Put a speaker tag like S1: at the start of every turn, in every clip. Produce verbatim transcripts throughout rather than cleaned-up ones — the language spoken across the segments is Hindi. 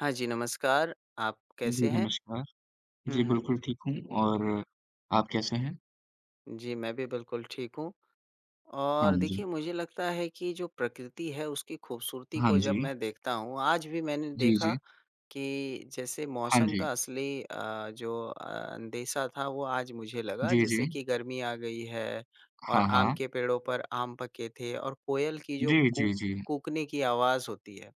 S1: हाँ जी, नमस्कार। आप कैसे
S2: जी,
S1: हैं?
S2: नमस्कार।
S1: हुँ,
S2: जी,
S1: हुँ।
S2: बिल्कुल ठीक हूँ और आप कैसे हैं?
S1: जी, मैं भी बिल्कुल ठीक हूँ
S2: हाँ
S1: और
S2: जी।
S1: देखिए मुझे लगता है कि जो प्रकृति है उसकी खूबसूरती
S2: हाँ
S1: को
S2: जी।
S1: जब मैं देखता हूँ, आज भी मैंने
S2: जी,
S1: देखा
S2: जी।
S1: कि जैसे
S2: हाँ
S1: मौसम
S2: जी।
S1: का असली अ, जो अ, अंदेशा था वो आज मुझे लगा
S2: जी, जी।
S1: जैसे कि गर्मी आ गई है और
S2: हाँ,
S1: आम
S2: हाँ।
S1: के पेड़ों पर आम पके थे और कोयल की जो
S2: जी,
S1: कूक
S2: जी, जी।
S1: कूकने की आवाज़ होती है,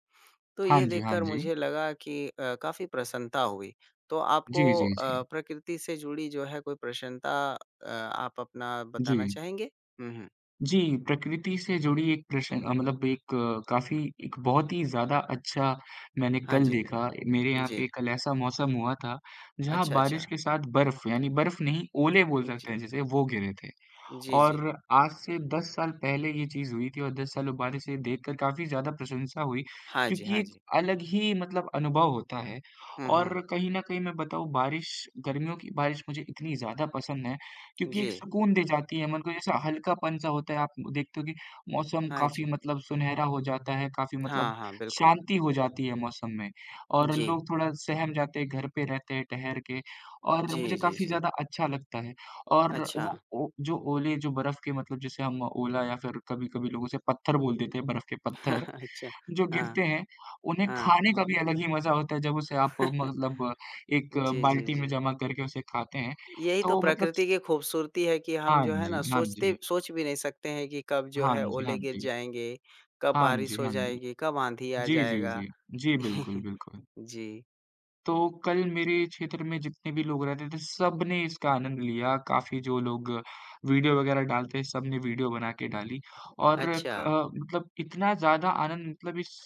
S1: तो
S2: हाँ
S1: ये
S2: जी, हाँ
S1: देखकर
S2: जी।
S1: मुझे लगा कि अ, काफ़ी प्रसन्नता हुई। तो आपको
S2: जी, जी,
S1: अ,
S2: जी।
S1: प्रकृति से जुड़ी जो है कोई प्रसन्नता अ, आप अपना
S2: जी।
S1: बताना चाहेंगे? हुँ, हुँ।
S2: जी, प्रकृति से जुड़ी एक प्रश्न अ, मतलब एक काफ़ी एक बहुत ही ज़्यादा अच्छा मैंने
S1: हाँ
S2: कल
S1: जी।
S2: देखा। मेरे यहाँ
S1: जी।
S2: पे कल ऐसा मौसम हुआ था, जहाँ
S1: अच्छा,
S2: बारिश
S1: अच्छा।
S2: के साथ बर्फ़ यानी बर्फ़ नहीं, ओले बोल सकते
S1: जी।
S2: हैं जिसे, वो गिरे थे।
S1: जी, जी।
S2: और आज से दस साल पहले ये चीज़ हुई थी और दस सालों बाद इसे देखकर काफ़ी ज़्यादा प्रशंसा हुई
S1: हाँ जी,
S2: क्योंकि
S1: हाँ
S2: एक
S1: जी।
S2: अलग ही मतलब अनुभव होता है।
S1: हुँ, हुँ।
S2: और कहीं न कहीं मैं बताऊँ बारिश गर्मियों की बारिश मुझे इतनी ज़्यादा पसंद है क्योंकि
S1: जी।
S2: एक सुकून दे जाती है मन को जैसा हल्कापन-सा होता है। आप देखते हो कि मौसम
S1: हाँ
S2: काफ़ी
S1: जी।
S2: मतलब सुनहरा हो जाता है, काफ़ी मतलब
S1: हाँ, हाँ, बिल्कुल।
S2: शांति हो जाती है मौसम में और
S1: जी।
S2: लोग थोड़ा सहम जाते हैं, घर पे रहते हैं ठहर के और
S1: जी,
S2: मुझे
S1: जी,
S2: काफ़ी
S1: जी।
S2: ज़्यादा अच्छा लगता है। और
S1: अच्छा।
S2: वो ओ जो ओले जो बर्फ़ के मतलब जैसे हम ओला या फिर कभी-कभी लोग उसे पत्थर बोल देते हैं, बर्फ़ के पत्थर,
S1: अच्छा।
S2: जो
S1: हाँ,
S2: गिरते हैं, उन्हें
S1: हाँ।
S2: खाने का भी अलग ही मज़ा होता है जब उसे आप मतलब एक
S1: जी, जी,
S2: बाल्टी में
S1: जी।
S2: जमा करके उसे खाते हैं।
S1: यही तो
S2: तो मतलब
S1: प्रकृति की खूबसूरती है कि हम
S2: हाँ
S1: जो है
S2: जी,
S1: ना
S2: हाँ
S1: सोचते
S2: जी।
S1: सोच भी नहीं सकते हैं कि कब जो
S2: हाँ
S1: है
S2: जी, हाँ
S1: ओले गिर
S2: जी।
S1: जाएँगे, कब
S2: हाँ जी,
S1: बारिश हो
S2: हाँ जी।
S1: जाएगी, कब आँधी आ
S2: जी, जी,
S1: जाएगा।
S2: जी। जी, बिल्कुल, बिल्कुल।
S1: जी,
S2: तो कल मेरे क्षेत्र में जितने भी लोग रहते थे, सबने इसका आनंद लिया। काफ़ी जो लोग वीडियो वगैरह डालते हैं, सबने वीडियो बना के डाली और
S1: अच्छा।
S2: क अ, मतलब इतना ज़्यादा आनंद मतलब इस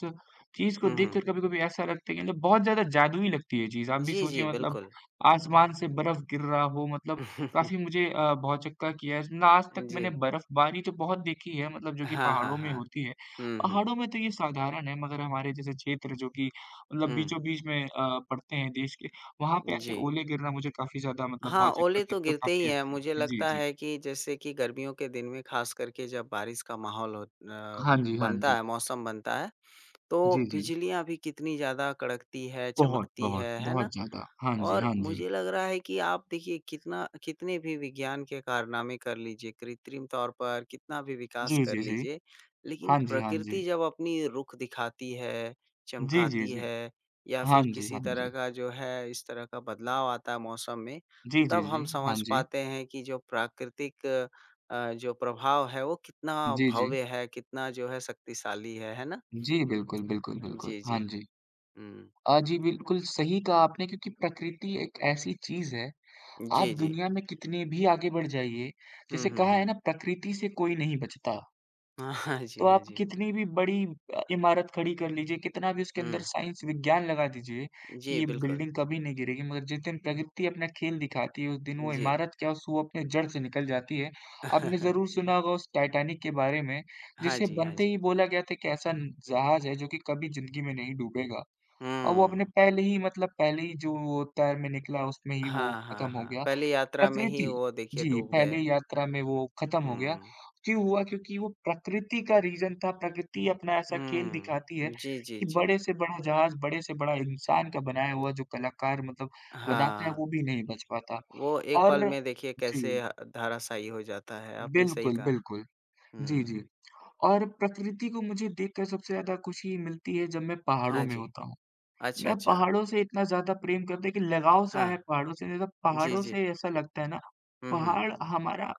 S2: चीज़ को
S1: हुँ, हुँ।
S2: देखकर कभी-कभी ऐसा लगता है कि मतलब बहुत ज़्यादा जादुई लगती है ये चीज़। आप भी
S1: जी, जी,
S2: सोचिए मतलब
S1: बिल्कुल।
S2: आसमान से बर्फ़ गिर रहा हो मतलब काफ़ी मुझे अ, भौचक्का किया है। ना आज तक
S1: जी।
S2: मैंने बर्फ़बारी तो बहुत देखी है मतलब जो कि
S1: हाँ, हाँ,
S2: पहाड़ों में
S1: हाँ।
S2: होती है।
S1: हुँ, हुँ।
S2: पहाड़ों में तो ये साधारण है मगर हमारे जैसे क्षेत्र जो कि मतलब
S1: हुँ,
S2: बीचों-बीच में अ, पड़ते हैं देश के, वहाँ पे ऐसे
S1: जी।
S2: ओले गिरना मुझे काफ़ी ज़्यादा मतलब
S1: हाँ,
S2: भौचक्का
S1: ओले तो
S2: कहते हो
S1: गिरते ही
S2: काफ़ी
S1: हैं।
S2: अच्छा
S1: मुझे
S2: लगता है। जी,
S1: लगता
S2: जी।
S1: है कि जैसे कि गर्मियों के दिन में ख़ास करके जब बारिश का माहौल हो अ,
S2: हाँ जी, हाँ
S1: बनता
S2: जी।
S1: है, मौसम बनता है तो
S2: जी, जी।
S1: बिजलियाँ भी कितनी ज़्यादा कड़कती है,
S2: बहुत,
S1: चमकती है,
S2: बहुत,
S1: है ना?
S2: बहुत ज़्यादा। हाँ जी,
S1: और
S2: हाँ जी।
S1: मुझे लग रहा है कि आप देखिए कितना कितने भी विज्ञान के कारनामे कर लीजिए, कृत्रिम तौर पर कितना भी
S2: जी,
S1: विकास कर
S2: जी, जी।
S1: लीजिए, लेकिन
S2: हाँ जी, हाँ
S1: प्रकृति
S2: जी।
S1: जब अपनी रुख दिखाती है,
S2: जी, जी,
S1: चमकाती
S2: जी।
S1: है या
S2: हाँ
S1: फिर
S2: जी,
S1: किसी
S2: हाँ
S1: तरह
S2: जी।
S1: का जो है इस तरह का बदलाव आता है मौसम में,
S2: जी, जी,
S1: तब
S2: जी।
S1: हम
S2: हाँ
S1: समझ
S2: जी।
S1: पाते हैं कि जो प्राकृतिक अ, जो प्रभाव है वो कितना
S2: जी, जी।
S1: भव्य है, कितना जो है शक्तिशाली है, है ना?
S2: जी, बिल्कुल, बिल्कुल, बिल्कुल।
S1: जी, जी।
S2: हाँ जी।
S1: हुँ।
S2: अ, जी, बिल्कुल सही कहा आपने क्योंकि प्रकृति एक ऐसी चीज़ है, आप
S1: जी, जी।
S2: दुनिया में कितने भी आगे बढ़ जाइए,
S1: हुँ,
S2: जैसे
S1: हुँ,
S2: कहा है
S1: हुँ।
S2: ना प्रकृति से कोई नहीं बचता।
S1: हाँ जी,
S2: तो
S1: हाँ
S2: आप
S1: जी।
S2: कितनी भी बड़ी अ, इमारत खड़ी कर लीजिए, कितना भी उसके अंदर
S1: हुँ।
S2: साइंस, विज्ञान लगा दीजिए कि
S1: जी,
S2: ये
S1: बिल्कुल।
S2: बिल्डिंग कभी नहीं गिरेगी, मगर जिस दिन प्रकृति अपना खेल दिखाती है, उस दिन वो
S1: जी।
S2: इमारत क्या, सो अपने जड़ से निकल जाती है। आपने ज़रूर सुना होगा उस टाइटैनिक के बारे में,
S1: हाँ
S2: जिसे
S1: जी, हाँ
S2: बनते
S1: जी।
S2: ही बोला गया था कि ऐसा न जहाज़ है जो कि कभी ज़िंदगी में नहीं डूबेगा और वो अपने
S1: हुँ।
S2: पहले ही मतलब पहले ही जो वो तैर में निकला, उसमें ही वो
S1: हाँ, हाँ,
S2: खत्म हो
S1: हाँ।
S2: गया।
S1: पहली यात्रा में ही
S2: प्रकृति
S1: वो देखिए
S2: जी,
S1: डूब
S2: पहले
S1: गए।
S2: यात्रा में वो खत्म हो गया।
S1: हुँ।
S2: क्यों हुआ? क्योंकि वो प्रकृति का रीज़न था, प्रकृति अपना ऐसा खेल दिखाती है
S1: हुँ। जी, जी,
S2: कि
S1: जी।
S2: बड़े से बड़ा जहाज, बड़े से बड़ा इंसान का बनाया हुआ जो कलाकार मतलब बनाता है,
S1: हाँ।
S2: वो भी नहीं बच पाता।
S1: वो एक पल
S2: और
S1: में देखिए
S2: जी,
S1: कैसे अ, धराशायी हो जाता है, आपने सही
S2: बिल्कुल,
S1: कहा।
S2: बिल्कुल। जी,
S1: हुँ।
S2: जी। और प्रकृति को मुझे देखकर सबसे ज़्यादा खुशी मिलती है जब मैं पहाड़ों
S1: हाँ
S2: में
S1: जी।
S2: होता हूँ।
S1: अच्छा,
S2: मैं
S1: अच्छा।
S2: पहाड़ों से इतना ज़्यादा प्रेम करते हैं कि लगाव सा
S1: हाँ।
S2: है पहाड़ों से जैसे
S1: जी,
S2: पहाड़ों
S1: जी।
S2: से ऐसा लगता है ना
S1: हुँ, हुँ।
S2: पहाड़ हमारा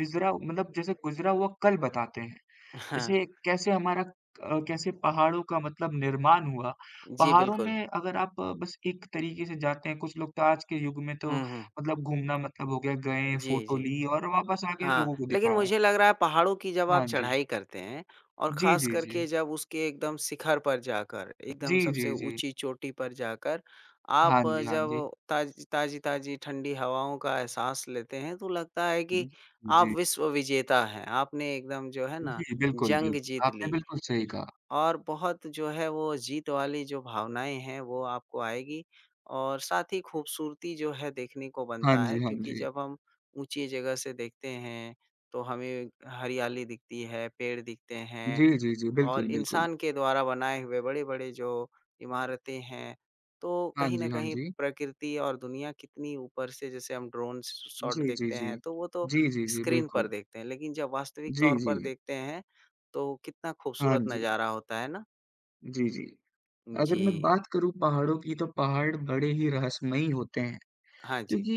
S2: गुजरा मतलब जैसे गुजरा हुआ कल बताते हैं
S1: हाँ।
S2: जैसे कैसे हमारा अ, कैसे पहाड़ों का मतलब निर्माण हुआ
S1: जी,
S2: पहाड़ों
S1: बिल्कुल।
S2: में अगर आप अ, बस एक तरीके से जाते हैं कुछ लोग तो आज के युग में तो
S1: हुँ, हुँ।
S2: मतलब घूमना मतलब हो गया गए
S1: जी,
S2: फोटो
S1: जी।
S2: ली और वापस आके
S1: हाँ,
S2: लोगों को
S1: लेकिन
S2: दिखाया
S1: मुझे लग रहा है पहाड़ों की जब आप
S2: हाँ जी
S1: चढ़ाई करते हैं और
S2: जी
S1: ख़ास
S2: जी जी
S1: करके जब उसके एकदम शिखर पर जाकर,
S2: जी
S1: एकदम
S2: जी
S1: सबसे
S2: जी
S1: ऊँची चोटी पर जाकर आप
S2: हाँ जी हाँ जी
S1: जब ताज़ी ताज़ी-ताज़ी ठंडी हवाओं का एहसास लेते हैं, तो लगता है कि
S2: जी
S1: आप
S2: जी
S1: विश्व विजेता हैं। आपने एकदम जो है ना,
S2: जी बिल्कुल
S1: जंग
S2: बिल्कुल
S1: जीत
S2: आपने
S1: ली।
S2: बिल्कुल सही कहा
S1: और बहुत जो है वो जीत वाली जो भावनाएँ हैं वो आपको आएगी और साथ ही खूबसूरती जो है देखने को
S2: हाँ
S1: बनता है
S2: जी, हाँ
S1: क्योंकि
S2: जी।
S1: जब हम ऊँची जगह से देखते हैं, तो हमें हरियाली दिखती है, पेड़ दिखते हैं
S2: जी, जी, जी,
S1: और
S2: बिल्कुल, बिल्कुल।
S1: इंसान के द्वारा बनाए हुए बड़े-बड़े जो इमारतें हैं, तो
S2: हाँ
S1: कहीं न
S2: जी, हाँ
S1: कहीं
S2: जी।
S1: प्रकृति और दुनिया कितनी ऊपर से जैसे हम ड्रोन श शॉट
S2: जी, जी,
S1: देखते
S2: जी।
S1: हैं, तो वो तो
S2: जी, जी, जी,
S1: स्क्रीन पर
S2: बिल्कुल।
S1: देखते हैं, लेकिन जब वास्तविक
S2: जी,
S1: तौर
S2: जी।
S1: पर देखते हैं, तो कितना
S2: हाँ
S1: खूबसूरत
S2: जी।
S1: नज़ारा होता है ना?
S2: जी, जी। अगर
S1: जी।
S2: मैं बात करूँ पहाड़ों की तो पहाड़ बड़े ही रहस्यमयी होते हैं।
S1: हाँ जी।
S2: क्योंकि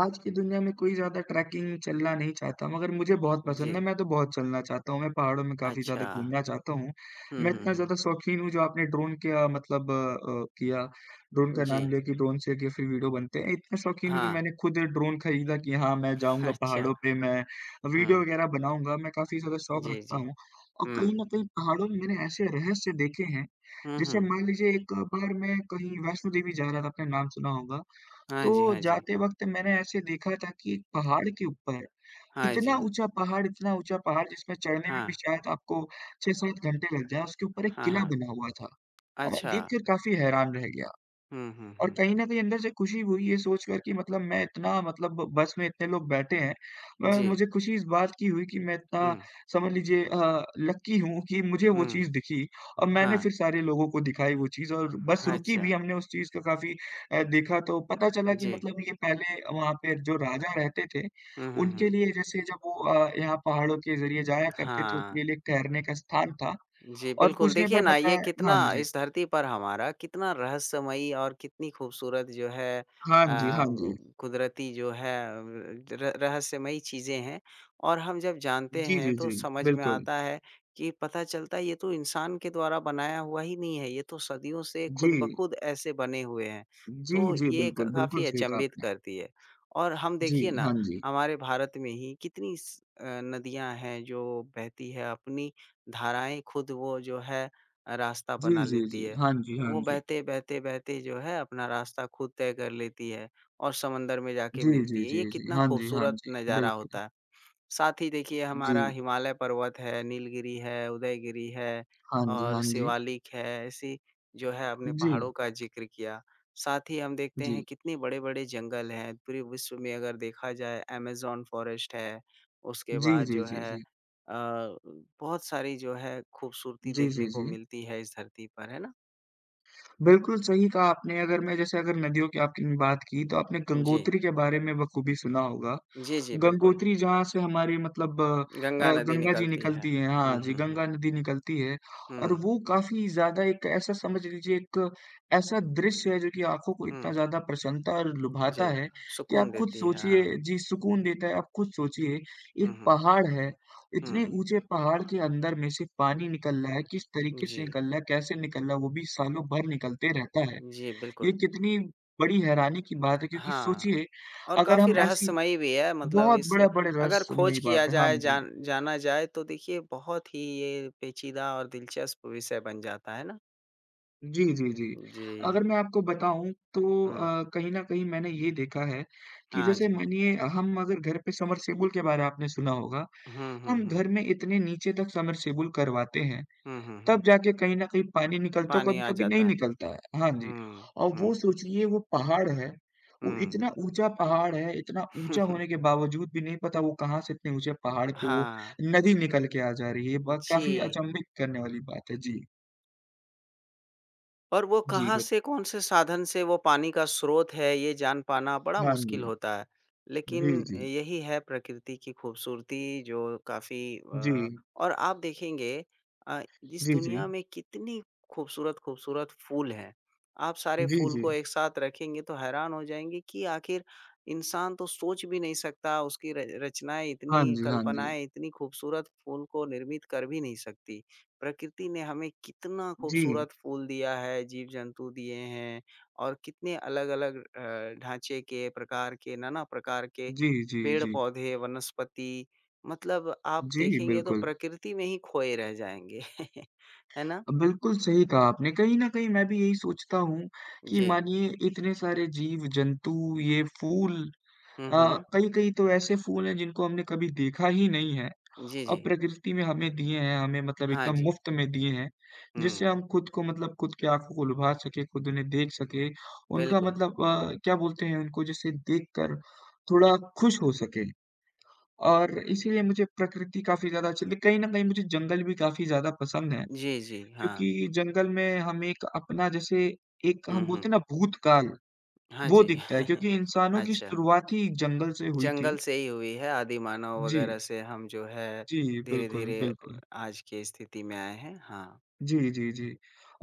S2: आज की दुनिया में कोई ज़्यादा ट्रैकिंग चलना नहीं चाहता मगर मुझे बहुत
S1: जी।
S2: पसंद है, मैं तो बहुत चलना चाहता हूँ, मैं पहाड़ों में काफ़ी
S1: अच्छा।
S2: ज़्यादा घूमना चाहता हूँ।
S1: हुँ,
S2: मैं
S1: हुँ,
S2: इतना
S1: हुँ।
S2: ज़्यादा शौकीन हूँ जो आपने ड्रोन का मतलब अ, मतलब अ, किया, ड्रोन का
S1: जी।
S2: नाम लिया कि ड्रोन से कि फिर वीडियो बनते हैं। इतना शौकीन हूँ कि
S1: हाँ।
S2: मैंने खुद ड्रोन खरीदा कि हाँ, मैं जाऊँगा
S1: अच्छा।
S2: पहाड़ों पे, मैं वीडियो
S1: हुँ।
S2: वगैरह बनाऊँगा, मैं काफ़ी ज़्यादा शौक
S1: जी,
S2: रखता
S1: जी।
S2: हूँ। और कहीं
S1: हुँ।
S2: न कहीं पहाड़ों में मैंने ऐसे रहस्य देखे हैं,
S1: हुँ,
S2: जैसे
S1: हुँ।
S2: मान लीजिए एक बार मैं कहीं वैष्णो देवी जा रहा था, आपने नाम सुना होगा।
S1: हाँ जी,
S2: तो
S1: हाँ जी।
S2: जाते वक़्त मैंने ऐसे देखा था कि एक पहाड़ के ऊपर
S1: हाँ
S2: इतना
S1: जी।
S2: ऊँचा पहाड़ इतना ऊँचा पहाड़ जिसमें चढ़ने में
S1: हाँ।
S2: भी शायद आपको छह सात घंटे लग जाएँ, उसके ऊपर एक
S1: हाँ,
S2: किला
S1: हाँ।
S2: बना हुआ था। और मैं
S1: अच्छा।
S2: देख कर काफ़ी हैरान रह गया।
S1: हुँ, हुँ,
S2: और
S1: हुँ।
S2: कहीं न कहीं अंदर से खुशी हुई ये सोच कर कि मतलब मैं इतना मतलब ब- बस में इतने लोग बैठे हैं। अ,
S1: जी।
S2: मुझे खुशी इस बात की हुई कि मैं इतना
S1: हुँ,
S2: समझ लीजिए अ, लकी हूँ कि मुझे वो
S1: हुँ।
S2: चीज़ दिखी और मैंने
S1: हाँ।
S2: फिर सारे लोगों को दिखाई वो चीज़ और बस रुकी
S1: अच्छा।
S2: भी हमने उस चीज़ का काफ़ी अ, देखा तो पता चला कि
S1: जी।
S2: मतलब ये पहले वहाँ पे जो राजा रहते थे,
S1: हुँ, हुँ,
S2: उनके
S1: हुँ।
S2: लिए जैसे जब वो अ, यहाँ पहाड़ों के ज़रिए जाया करते थे,
S1: हाँ।
S2: उनके लिए एक ठहरने का स्थान था
S1: जी,
S2: और
S1: बिल्कुल।
S2: पूछने
S1: देखिए
S2: पर
S1: ना, ये
S2: बताया
S1: कितना
S2: हाँ जी।
S1: इस धरती पर हमारा कितना रहस्यमयी और कितनी खूबसूरत जो है
S2: हाँ
S1: अ,
S2: जी, हाँ जी।
S1: कुदरती जो है अ, र रहस्यमयी चीज़ें हैं और हम जब जानते
S2: जी,
S1: हैं
S2: जी,
S1: तो
S2: जी।
S1: समझ में
S2: बिल्कुल।
S1: आता है कि पता चलता है ये तो इंसान के द्वारा बनाया हुआ ही नहीं है, ये तो सदियों से
S2: जी।
S1: खुद ब खुद ऐसे बने हुए हैं।
S2: जी,
S1: तो
S2: जी,
S1: ये क
S2: बिल्कुल,
S1: काफ़ी
S2: बिल्कुल सही कहा
S1: अचंभित
S2: आपने।
S1: करती है और हम
S2: जी,
S1: देखिए ना,
S2: हाँ जी।
S1: हमारे भारत में ही कितनी स अ, नदियाँ हैं जो बहती है अपनी धाराएँ खुद वो जो है अ, रास्ता
S2: जी,
S1: बना
S2: जी,
S1: लेती
S2: जी।
S1: है।
S2: हाँ जी, हाँ
S1: वो
S2: जी।
S1: बहते, बहते, बहते जो है अपना रास्ता खुद तय कर लेती है और समंदर में जाके
S2: जी, जी,
S1: मिलती है।
S2: जी,
S1: ये
S2: जी।
S1: कितना
S2: हाँ जी, हाँ
S1: खूबसूरत
S2: जी।
S1: नज़ारा
S2: बिल्कुल।
S1: होता है। साथ ही देखिए
S2: जी।
S1: हमारा हिमालय पर्वत है, नीलगिरी है, उदयगिरी है
S2: हाँ जी,
S1: और
S2: हाँ जी।
S1: शिवालिक है, ऐसी जो है आपने
S2: जी।
S1: पहाड़ों का ज़िक्र किया। साथ ही हम देखते हैं
S2: जी।
S1: कितने बड़े-बड़े जंगल हैं, पूरे विश्व में अगर देखा जाए अमेज़न फ़ॉरेस्ट है, उसके
S2: जी,
S1: बाद
S2: जी,
S1: जो
S2: जी,
S1: है
S2: जी।
S1: अ, बहुत सारी जो है खूबसूरती
S2: जी,
S1: देखने
S2: जी,
S1: को
S2: जी।
S1: मिलती है इस धरती पर, है ना?
S2: बिल्कुल सही कहा आपने। अगर मैं जैसे अगर नदियों की आपने बात की तो आपने
S1: जी।
S2: गंगोत्री के बारे में बखूबी सुना होगा।
S1: जी, जी, बिल्कुल।
S2: गंगोत्री जहाँ से हमारी मतलब अ,
S1: गंगा नदी
S2: गंगा जी
S1: निकलती है।
S2: निकलती है हाँ
S1: हुँ,
S2: जी,
S1: हुँ, हुँ।
S2: गंगा नदी निकलती है और
S1: हुँ,
S2: वो काफ़ी ज़्यादा एक ऐसा समझ लीजिए एक ऐसा दृश्य है जो कि आँखों को इतना
S1: हुँ।
S2: ज़्यादा प्रसन्नता और लुभाता
S1: जी,
S2: है कि आप
S1: सुकून
S2: खुद
S1: देती है, हाँ।
S2: सोचिए जी सुकून देता है। आप खुद सोचिए
S1: हुँ,
S2: एक
S1: हुँ।
S2: पहाड़ है
S1: हुँ।
S2: इतने ऊँचे पहाड़ के अंदर में से पानी निकल रहा है, किस तरीके से
S1: जी,
S2: निकल रहा है, कैसे निकल रहा है, वो भी सालों भर निकलते रहता है।
S1: जी,
S2: ये
S1: बिल्कुल।
S2: कितनी बड़ी हैरानी की बात है क्योंकि
S1: हाँ,
S2: सोचिए
S1: और
S2: अगर
S1: काफ़ी
S2: हम ऐसी
S1: रहस्यमयी भी है मतलब
S2: बहुत
S1: इससे
S2: बड़ा-बड़े
S1: अगर खोज
S2: रहस्यमयी
S1: किया
S2: बात है। हाँ
S1: जाए,
S2: जी।
S1: जान जाना जाए तो देखिए बहुत ही ये पेचीदा और दिलचस्प विषय बन जाता है ना?
S2: जी, जी, जी।
S1: जी,
S2: अगर मैं आपको बताऊँ तो
S1: हुँ,
S2: अ, कहीं न कहीं मैंने ये देखा है कि
S1: हाँ
S2: जैसे
S1: जी।
S2: मानिए हम अगर घर पे सबमर्सिबल के बारे में आपने सुना होगा,
S1: हुँ, हुँ,
S2: हम
S1: हुँ।
S2: घर में इतने नीचे तक सबमर्सिबल करवाते हैं
S1: हुँ, हुँ,
S2: तब
S1: हुँ।
S2: जाके कहीं न कहीं पानी निकलता है,
S1: पानी आ
S2: कभी-कभी नहीं
S1: जाता है।
S2: निकलता है। हाँ जी,
S1: हुँ,
S2: और
S1: हुँ,
S2: वो सोचिए वो पहाड़ है, वो
S1: हुँ।
S2: इतना ऊँचा पहाड़ है, इतना ऊँचा होने के बावजूद भी नहीं पता वो कहाँ से इतने ऊँचे पहाड़ पे वो
S1: हाँ,
S2: नदी निकल के आ जा रही है। ये बात काफ़ी
S1: जी।
S2: अचंभित करने वाली बात है। जी,
S1: और वो
S2: जी
S1: कहाँ
S2: बत
S1: से, कौन से साधन से वो पानी का स्रोत है, ये जान पाना बड़ा
S2: हाँ
S1: मुश्किल
S2: जी।
S1: होता है। लेकिन
S2: जी, जी।
S1: यही है प्रकृति की खूबसूरती जो काफ़ी
S2: जी,
S1: अ, और आप देखेंगे अ, इस
S2: जी, जी।
S1: दुनिया में कितनी खूबसूरत-खूबसूरत फूल हैं। आप सारे
S2: जी,
S1: फूल
S2: जी।
S1: को एक साथ रखेंगे तो हैरान हो जाएँगे कि आखिर इंसान तो सोच भी नहीं सकता, उसकी र रचनाएँ इतनी
S2: हाँ जी, हाँ जी।
S1: कल्पनाएँ इतनी खूबसूरत फूल को निर्मित कर भी नहीं सकती। प्रकृति ने हमें कितना
S2: जी।
S1: खूबसूरत फूल दिया है, जीव-जंतु दिए हैं और कितने अलग-अलग अ, ढाँचे के, प्रकार के, नाना प्रकार के
S2: जी, जी, जी।
S1: पेड़-पौधे, वनस्पति मतलब आप
S2: जी,
S1: देखेंगे तो
S2: बिल्कुल।
S1: प्रकृति में ही खोए रह जाएँगे। है ना?
S2: बिल्कुल सही कहा आपने। कहीं न कहीं मैं भी यही सोचता हूँ कि
S1: जी।
S2: मानिए इतने सारे जीव, जंतु, ये फूल
S1: हुँ,
S2: अ,
S1: हुँ।
S2: कई-कई तो ऐसे फूल हैं जिनको हमने कभी देखा ही नहीं है
S1: जी,
S2: और
S1: जी।
S2: प्रकृति में हमें दिए हैं, हमें मतलब
S1: हाँ
S2: एकदम
S1: जी।
S2: मुफ्त में दिए हैं, जिससे
S1: हुँ,
S2: हम खुद को मतलब खुद की आँखों को लुभा सकें, खुद उन्हें देख सकें। उनका
S1: बिल्कुल।
S2: मतलब अ, क्या बोलते हैं उनको जैसे देखकर थोड़ा खुश हो सकें और इसीलिए मुझे प्रकृति काफ़ी ज़्यादा अच्छी लगती है। कहीं न कहीं मुझे जंगल भी काफ़ी ज़्यादा पसंद है
S1: जी, जी। हाँ।
S2: क्योंकि जंगल में हमें एक अपना जैसे एक
S1: हुँ,
S2: हम
S1: हुँ।
S2: बोलते हैं ना भूतकाल,
S1: हाँ
S2: वो
S1: जी।
S2: दिखता है क्योंकि इंसानों की
S1: अच्छा।
S2: शुरुआत ही जंगल से हुई थी।
S1: जंगल से ही हुई है, आदि मानव
S2: जी,
S1: वगैरह से हम जो है
S2: जी, बिल्कुल,
S1: धीरे-धीरे अ,
S2: बिल्कुल।
S1: आज की स्थिति में आए हैं। हाँ,
S2: जी, जी, जी।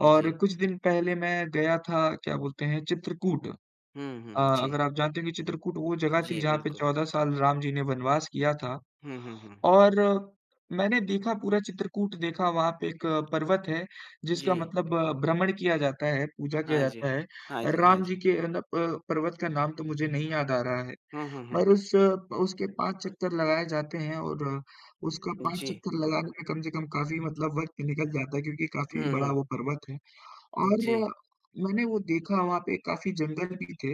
S2: और
S1: जी।
S2: कुछ दिन पहले मैं गया था क्या बोलते हैं चित्रकूट। अ,
S1: हुँ, हुँ, जी।
S2: अगर आप जानते हैं कि चित्रकूट वो जगह थी
S1: जी,
S2: जहाँ पे
S1: बिल्कुल।
S2: चौदह साल राम जी ने वनवास किया था।
S1: हुँ, हुँ, हुँ।
S2: और मैंने देखा पूरा चित्रकूट देखा वहाँ पे एक पर्वत है,
S1: जी।
S2: जिसका मतलब अ, भ्रमण किया जाता है, पूजा किया
S1: हाँ जी,
S2: जाता है।
S1: हाँ जी, हाँ
S2: राम जी
S1: जी।
S2: के मतलब अ, पर्वत का नाम तो मुझे नहीं याद आ रहा है।
S1: हुँ, हुँ, हुँ।
S2: पर उस उसके पाँच चक्कर लगाए जाते हैं और उसका पाँच
S1: जी।
S2: चक्कर लगाने में कम से कम काफ़ी मतलब वक़्त निकल जाता है क्योंकि काफ़ी
S1: हुँ,
S2: बड़ा
S1: हुँ।
S2: वो पर्वत है।
S1: जी।
S2: और मैंने वो देखा वहाँ पे काफ़ी जंगल भी थे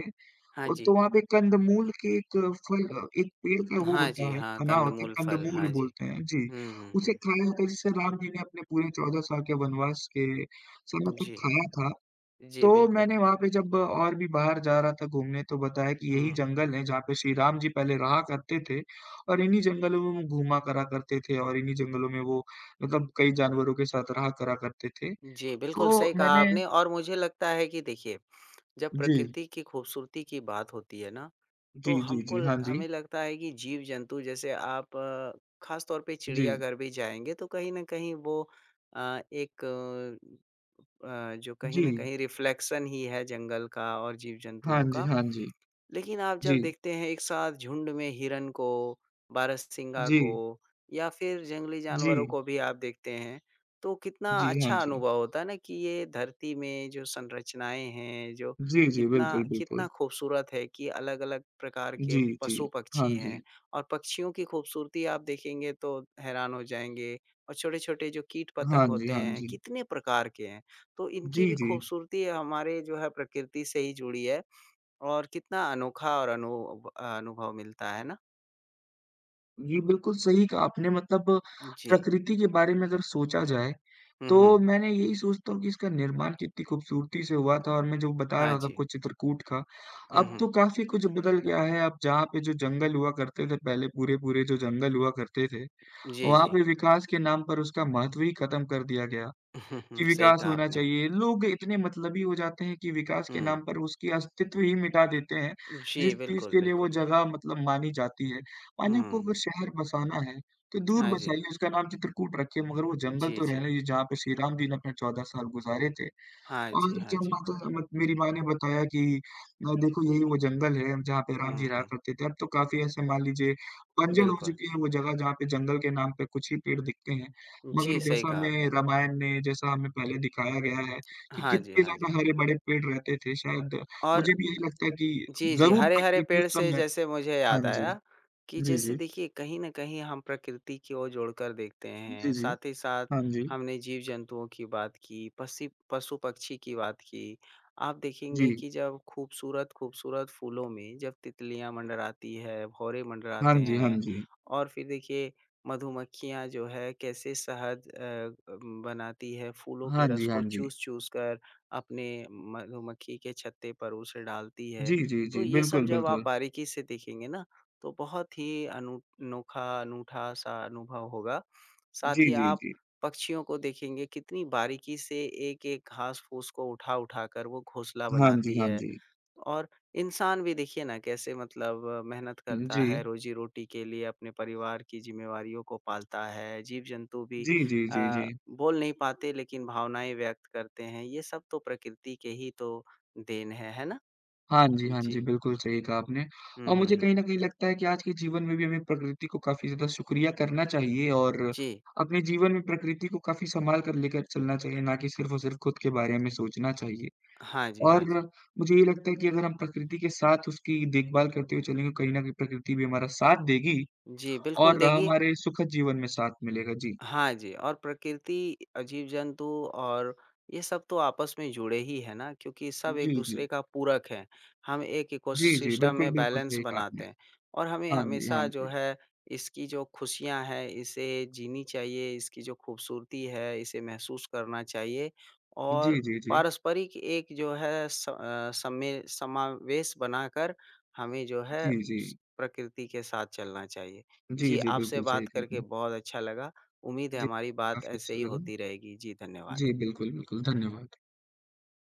S1: हाँ
S2: और
S1: जी।
S2: तो वहाँ पे कंदमूल के एक फल अ, एक पेड़ का वो
S1: हाँ
S2: होता
S1: जी,
S2: है,
S1: हाँ,
S2: तना होता है,
S1: कंद-मूल, फल,
S2: कंदमूल
S1: हाँ जी।
S2: बोलते हैं। जी,
S1: हुँ, हुँ,
S2: उसे
S1: हुँ।
S2: खाया जाता है जिसे राम जी ने अपने पूरे चौदह साल के वनवास के समय तक
S1: जी।
S2: खाया था।
S1: जी,
S2: तो
S1: बिल्कुल।
S2: मैंने वहाँ पे जब और भी बाहर जा रहा था घूमने तो बताया कि यही
S1: हुँ।
S2: जंगल है जहाँ पे श्री राम जी पहले रहा करते थे और इन्हीं जंगलों में वो घूमा करा करते थे और इन्हीं जंगलों में वो मतलब कई जानवरों के साथ रहा करा करते थे।
S1: जी, बिल्कुल
S2: तो
S1: सही कहा
S2: मैंने
S1: आपने और मुझे लगता है कि देखिए, जब
S2: जी,
S1: प्रकृति की खूबसूरती की बात होती है ना
S2: जी,
S1: तो
S2: जी,
S1: हमको
S2: जी।
S1: ल
S2: हाँ जी।
S1: हमें लगता है कि जीव-जंतु जैसे आप ख़ास तौर पे
S2: जी,
S1: चिड़ियाघर भी जाएँगे तो कहीं न कहीं वो अ, एक अ, अ, जो कहीं
S2: जी।
S1: न कहीं रिफ्लेक्शन ही है जंगल का और
S2: हाँ
S1: जीव-जंतुओं
S2: जी,
S1: का।
S2: हाँ जी।
S1: लेकिन आप
S2: जी,
S1: जब देखते हैं एक साथ झुंड में हिरन को, बारहसिंगा
S2: जी,
S1: को या फिर जंगली
S2: जी,
S1: जानवरों को भी आप देखते हैं, तो कितना
S2: जी, हाँ
S1: अच्छा
S2: जी।
S1: अनुभव होता है ना कि ये धरती में जो संरचनाएँ हैं, जो
S2: जी, जी,
S1: कितना
S2: बिल्कुल,
S1: कितना
S2: बिल्कुल।
S1: खूबसूरत है कि अलग-अलग प्रकार के
S2: जी, जी, हाँ
S1: पशु-पक्षी
S2: जी,
S1: हैं और पक्षियों की खूबसूरती आप देखेंगे तो हैरान हो जाएँगे और छोटे-छोटे जो
S2: हाँ
S1: कीट-पतंग
S2: जी,
S1: होते
S2: हाँ
S1: हैं,
S2: जी।
S1: कितने प्रकार के हैं। तो इनकी
S2: जी,
S1: भी
S2: जी,
S1: खूबसूरती हमारे जो है प्रकृति से ही जुड़ी है। और कितना अनोखा और अनु अनुभव मिलता है ना?
S2: जी, बिल्कुल सही कहा आपने मतलब
S1: जी।
S2: प्रकृति के बारे में अगर सोचा जाए,
S1: हुँ, हुँ।
S2: तो मैंने यही सोचता हूँ कि इसका निर्माण कितनी खूबसूरती से हुआ था और मैं जो बता
S1: हाँ
S2: रहा था
S1: जी।
S2: आपको चित्रकूट का,
S1: हुँ,
S2: अब
S1: हुँ।
S2: तो काफ़ी कुछ बदल गया है, अब जहाँ पे जो जंगल हुआ करते थे पहले पूरे-पूरे जो जंगल हुआ करते थे,
S1: जी,
S2: वहाँ
S1: जी।
S2: पे विकास के नाम पर उसका महत्व ही खत्म कर दिया गया।
S1: हुँ, हुँ।
S2: कि
S1: सही
S2: विकास
S1: कहा
S2: होना
S1: आपने।
S2: चाहिए। लोग इतने मतलबी हो जाते हैं कि विकास के
S1: हुँ।
S2: नाम पर उसकी अस्तित्व ही मिटा देते हैं,
S1: जी,
S2: जिस चीज़
S1: बिल्कुल,
S2: के लिए वो
S1: बिल्कुल।
S2: जगह मतलब मानी जाती है। मानिए आपको
S1: हुँ।
S2: अगर शहर बसाना है, तो दूर
S1: हाँ जी।
S2: बसाइए उसका नाम चित्रकूट रखिए मगर वो जंगल
S1: जी,
S2: तो रहने
S1: जी।
S2: दीजिए जहाँ पे श्री राम जी ने अपने चौदह साल गुज़ारे थे।
S1: हाँ
S2: और
S1: जी, हाँ
S2: जब
S1: जी।
S2: माता मत मेरी माँ ने बताया कि अ, देखो यही वो जंगल है जहाँ पे राम
S1: हुँ,
S2: जी रहा
S1: हुँ।
S2: करते थे। अब तो काफ़ी ऐसे मान लीजिए बंजर हो
S1: बिल्कुल।
S2: चुकी है वो जगह जहाँ पे जंगल के नाम पे कुछ ही पेड़ दिखते हैं।
S1: जी,
S2: मगर
S1: सही
S2: जैसा
S1: कहा
S2: हमें
S1: आपने।
S2: रामायण में जैसा हमें पहले दिखाया गया है कि
S1: हाँ जी,
S2: कितने
S1: हाँ जी।
S2: ज़्यादा हरे बड़े पेड़ रहते थे शायद
S1: और
S2: मुझे भी यही लगता है कि
S1: जी, जी।
S2: ज़रूर
S1: हरे-हरे
S2: प्रकृति
S1: पेड़
S2: उस
S1: से
S2: समय
S1: जैसे मुझे
S2: हाँ
S1: याद
S2: जी।
S1: आया कि
S2: जी,
S1: जैसे
S2: जी।
S1: देखिए कहीं न कहीं हम प्रकृति की ओर जोड़कर देखते
S2: जी,
S1: हैं।
S2: जी।
S1: साथ ही साथ
S2: हाँ जी।
S1: हमने जीव-जंतुओं की बात की, पसी पशु-पक्षी की बात की। आप देखेंगे
S2: जी।
S1: कि जब खूबसूरत-खूबसूरत फूलों में जब तितलियाँ मंडराती है, भौरे
S2: हाँ
S1: मंडराते
S2: जी, हाँ
S1: हैं
S2: जी।
S1: और फिर देखिए मधुमक्खियाँ जो है कैसे शहद अ, अम, बनाती है फूलों के
S2: हाँ
S1: रस
S2: जी, हाँ
S1: को
S2: जी।
S1: चूस-चूस कर अपने मधुमक्खी के छत्ते पर उसे डालती है।
S2: जी, जी,
S1: तो
S2: जी।
S1: ये सब
S2: बिल्कुल,
S1: जब आप
S2: बिल्कुल।
S1: बारीकी से देखेंगे ना, तो बहुत ही अनु अनोखा, अनूठा सा अनुभव होगा। साथ
S2: जी,
S1: ही
S2: जी,
S1: आप
S2: जी।
S1: पक्षियों को देखेंगे कितनी बारीकी से एक-एक घास-फूस को उठा-उठा कर वो घोंसला
S2: हाँ
S1: बनाती
S2: जी, हाँ
S1: है।
S2: जी।
S1: और इंसान भी देखिए ना कैसे मतलब मेहनत करता
S2: जी।
S1: है, रोज़ी-रोटी के लिए अपने परिवार की ज़िम्मेवारियों को पालता है। जीव-जंतु भी
S2: जी, जी, जी, जी।
S1: अ, बोल नहीं पाते लेकिन भावनाएँ व्यक्त करते हैं। ये सब तो प्रकृति के ही तो देन है, है ना?
S2: हाँ जी, हाँ जी,
S1: जी।
S2: बिल्कुल सही कहा आपने
S1: हुँ,
S2: और
S1: हुँ,
S2: मुझे
S1: हुँ।
S2: कहीं न कहीं लगता है कि आज के जीवन में भी हमें प्रकृति को काफ़ी ज़्यादा शुक्रिया करना चाहिए और
S1: जी।
S2: अपने जीवन में प्रकृति को काफ़ी सँभाल कर लेकर चलना चाहिए, ना कि सिर्फ़ और सिर्फ़ खुद के बारे में सोचना चाहिए।
S1: हाँ जी,
S2: और
S1: हाँ जी।
S2: मुझे ये लगता है कि अगर हम प्रकृति के साथ उसकी देखभाल करते हुए चलेंगे, कहीं न कहीं प्रकृति भी हमारा साथ देगी
S1: जी, बिल्कुल
S2: और
S1: देखिए,
S2: हमारे सुखद जीवन में साथ मिलेगा। जी।
S1: हाँ जी, और प्रकृति, जीव-जंतु और ये सब तो आपस में जुड़े ही हैं ना, क्योंकि सब
S2: जी, जी।
S1: एक-दूसरे का पूरक हैं। हम एक
S2: जी, जी,
S1: इकोसिस्टम
S2: बिल्कुल,
S1: में
S2: बिल्कुल
S1: बैलेंस
S2: सही कहा आपने।
S1: बनाते हैं और हमें
S2: हाँ जी, हाँ
S1: हमेशा जो
S2: जी।
S1: है इसकी जो खुशियाँ हैं, इसे जीनी चाहिए, इसकी जो खूबसूरती है, इसे महसूस करना चाहिए और
S2: जी, जी, जी।
S1: पारस्परिक एक जो है स अ, समय समावेश बनाकर हमें जो है
S2: जी, जी।
S1: स प्रकृति के साथ चलना चाहिए।
S2: जी,
S1: जी,
S2: जी,
S1: आपसे
S2: बिल्कुल सही
S1: बात
S2: कहा
S1: करके
S2: आपने।
S1: बहुत अच्छा लगा। उम्मीद है
S2: जी,
S1: हमारी बात
S2: काफ़ी
S1: ऐसे
S2: अच्छा
S1: ही
S2: लगा।
S1: होती रहेगी। जी,
S2: जी,
S1: धन्यवाद।
S2: बिल्कुल, बिल्कुल, धन्यवाद।